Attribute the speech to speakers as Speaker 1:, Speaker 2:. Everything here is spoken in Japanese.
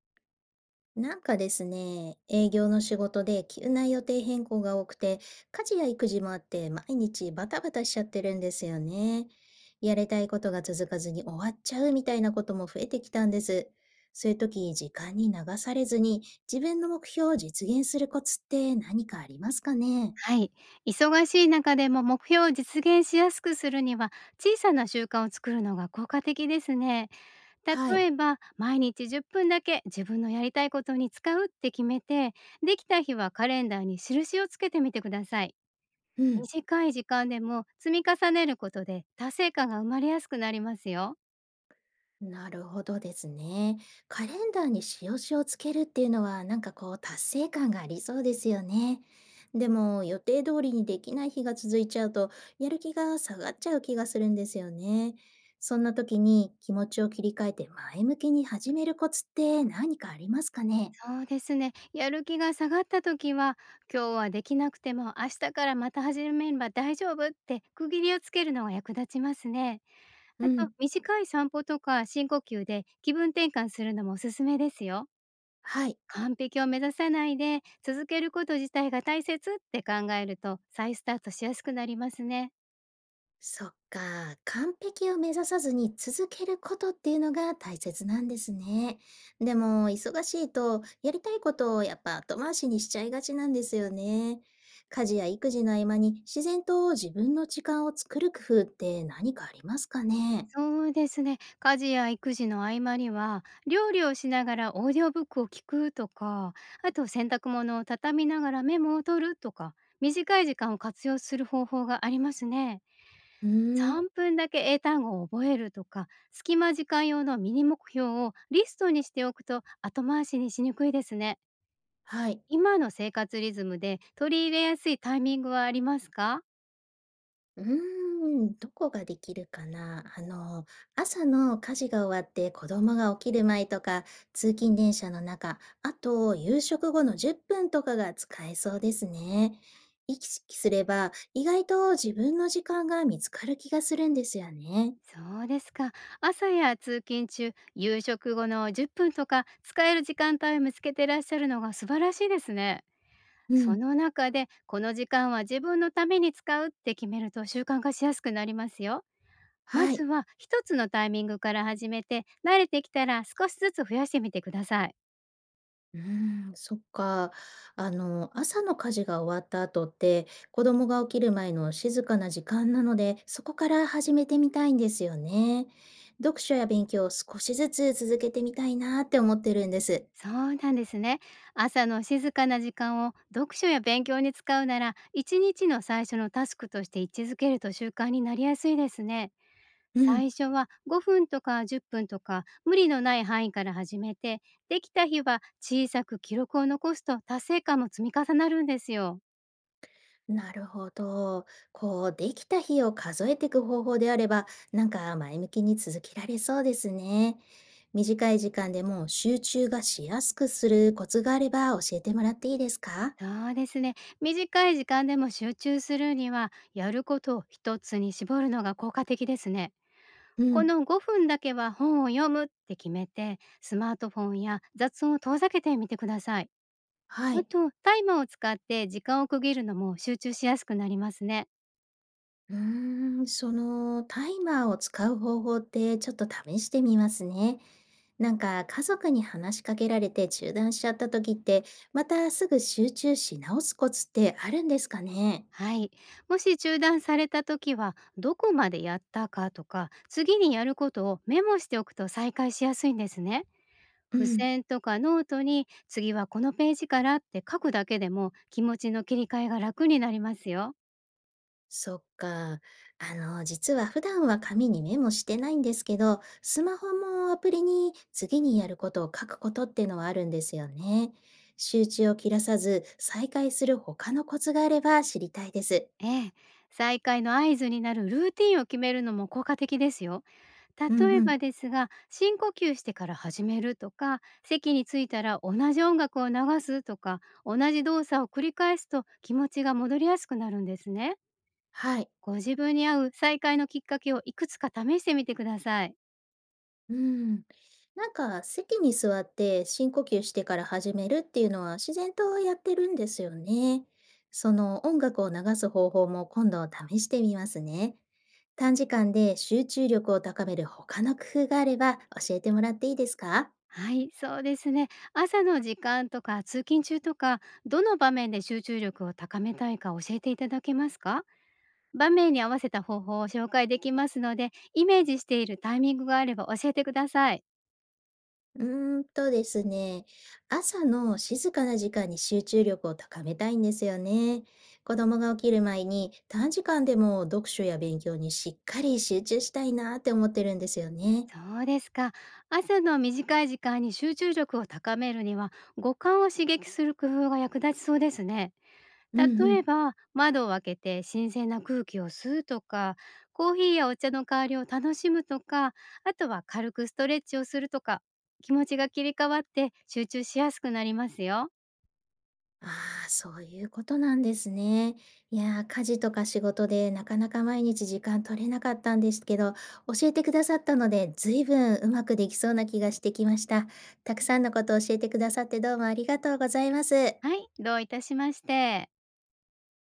Speaker 1: なんかですね、営業の仕事で急な予定変更が多くて、家事や育児もあって毎日バタバタしちゃってるんですよね。やりたいことが続かずに終わっちゃうみたいなことも増えてきたんです。そういう時、時間に流されずに自分の目標を実現するコツって何かありますかね？
Speaker 2: はい。忙しい中でも目標を実現しやすくするには、小さな習慣を作るのが効果的ですね。
Speaker 1: は
Speaker 2: 例
Speaker 1: い。
Speaker 2: えば、毎日10分だけ自分のやりたいことに使うって決めて、できた日はカレンダーに印をつけてみてください。
Speaker 1: うん。
Speaker 2: 短い時間でも積み重ねることで達成感が生まれやすくなりますよ。
Speaker 1: なるほどですね。カレンダーに印をつけるっていうのは、なんかこう、達成感がありそうですよね。でも、予定通りにできない日が続いちゃうと、やる気が下がっちゃう気がするんですよね。そんな時に気持ちを切り替えて前向きに始めるコツって何かありますかね？
Speaker 2: そうですね。やる気が下がった時は、今日はできなくても明日からまた始めれば大丈夫って区切りをつけるのが役立ちますね。
Speaker 1: う
Speaker 2: あと、
Speaker 1: ん。
Speaker 2: 短い散歩とか深呼吸で気分転換するのもおすすめですよ。
Speaker 1: はい。
Speaker 2: 完璧を目指さないで続けること自体が大切って考えると再スタートしやすくなりますね。
Speaker 1: そっか、完璧を目指さずに続けることっていうのが大切なんですね。でも、忙しいと、やりたいことをやっぱ後回しにしちゃいがちなんですよね。家事や育児の合間に自然と自分の時間を作る工夫って何かありますかね？
Speaker 2: そうですね。家事や育児の合間には料理をしながらオーディオブックを聞くとか、あと洗濯物を畳みながらメモを取るとか、短い時間を活用する方法がありますね。
Speaker 1: うーん。
Speaker 2: 3分だけ英単語を覚えるとか、隙間時間用のミニ目標をリストにしておくと後回しにしにくいですね。
Speaker 1: はい。
Speaker 2: 今の生活リズムで取り入れやすいタイミングはありますか？
Speaker 1: うーん、どこができるかな。朝の家事が終わって子供が起きる前とか、通勤電車の中、あと夕食後の10分とかが使えそうですね。意識すれば意外と自分の時間が見つかる気がするんですよね。
Speaker 2: そうですか。朝や通勤中、夕食後の10分とか使える時間帯を見つけてらっしゃるのが素晴らしいですね。
Speaker 1: う
Speaker 2: そ
Speaker 1: ん。
Speaker 2: の中でこの時間は自分のために使うって決めると習慣化しやすくなりますよ。ま
Speaker 1: は
Speaker 2: ず
Speaker 1: い。
Speaker 2: は一つのタイミングから始めて、慣れてきたら少しずつ増やしてみてください。
Speaker 1: うーん、そっか。朝の家事が終わった後って、子供が起きる前の静かな時間なので、そこから始めてみたいんですよね。読書や勉強を少しずつ続けてみたいなって思ってるんです。
Speaker 2: そうなんですね。朝の静かな時間を読書や勉強に使うなら、一日の最初のタスクとして位置づけると習慣になりやすいですね。
Speaker 1: う
Speaker 2: 最
Speaker 1: ん。
Speaker 2: 初は5分とか10分とか無理のない範囲から始めて、できた日は小さく記録を残すと達成感も積み重なるんですよ。
Speaker 1: なるほど。こう、できた日を数えていく方法であれば、なんか前向きに続けられそうですね。短い時間でも集中がしやすくするコツがあれば教えてもらっていいですか？
Speaker 2: そうですね。短い時間でも集中するには、やることを一つに絞るのが効果的ですね。
Speaker 1: う
Speaker 2: こ
Speaker 1: ん。
Speaker 2: の5分だけは本を読むって決めて、スマートフォンや雑音を遠ざけてみてください。
Speaker 1: は
Speaker 2: あ
Speaker 1: い。
Speaker 2: と、タイマーを使って時間を区切るのも集中しやすくなりますね。
Speaker 1: うーん、そのタイマーを使う方法ってちょっと試してみますね。なんか家族に話しかけられて中断しちゃった時って、またすぐ集中し直すコツってあるんですかね？
Speaker 2: はい。もし中断された時は、どこまでやったかとか、次にやることをメモしておくと再開しやすいんですね。
Speaker 1: う
Speaker 2: 付
Speaker 1: ん、
Speaker 2: 箋とかノートに次はこのページからって書くだけでも気持ちの切り替えが楽になりますよ。
Speaker 1: そっか。実は普段は紙にメモしてないんですけど、スマホもアプリに次にやることを書くことってのはあるんですよね。集中を切らさず再開する他のコツがあれば知りたいです。
Speaker 2: ええ、再開の合図になるルーティンを決めるのも効果的ですよ。
Speaker 1: うん
Speaker 2: 例え
Speaker 1: うん。
Speaker 2: ばですが、深呼吸してから始めるとか、席に着いたら同じ音楽を流すとか、同じ動作を繰り返すと気持ちが戻りやすくなるんですね。
Speaker 1: はい。
Speaker 2: ご自分に合う再開のきっかけをいくつか試してみてください。
Speaker 1: うん。なんか席に座って深呼吸してから始めるっていうのは自然とやってるんですよね。その音楽を流す方法も今度試してみますね。短時間で集中力を高める他の工夫があれば教えてもらっていいですか？
Speaker 2: はい、そうですね。朝の時間とか通勤中とか、どの場面で集中力を高めたいか教えていただけますか？場面に合わせた方法を紹介できますので、イメージしているタイミングがあれば教えてください。
Speaker 1: うーんとですね、朝の静かな時間に集中力を高めたいんですよね。子供が起きる前に短時間でも読書や勉強にしっかり集中したいなって思ってるんですよね。
Speaker 2: そうですか。朝の短い時間に集中力を高めるには、五感を刺激する工夫が役立ちそうですね。
Speaker 1: うんう
Speaker 2: 例え
Speaker 1: ん。
Speaker 2: ば、窓を開けて新鮮な空気を吸うとか、コーヒーやお茶の代わりを楽しむとか、あとは軽くストレッチをするとか、気持ちが切り替わって集中しやすくなりますよ。
Speaker 1: ああ、そういうことなんですね。いやー、家事とか仕事でなかなか毎日時間取れなかったんですけど、教えてくださったので、ずいぶんうまくできそうな気がしてきました。たくさんのことを教えてくださってどうもありがとうございます。
Speaker 2: はい、どういたしまして。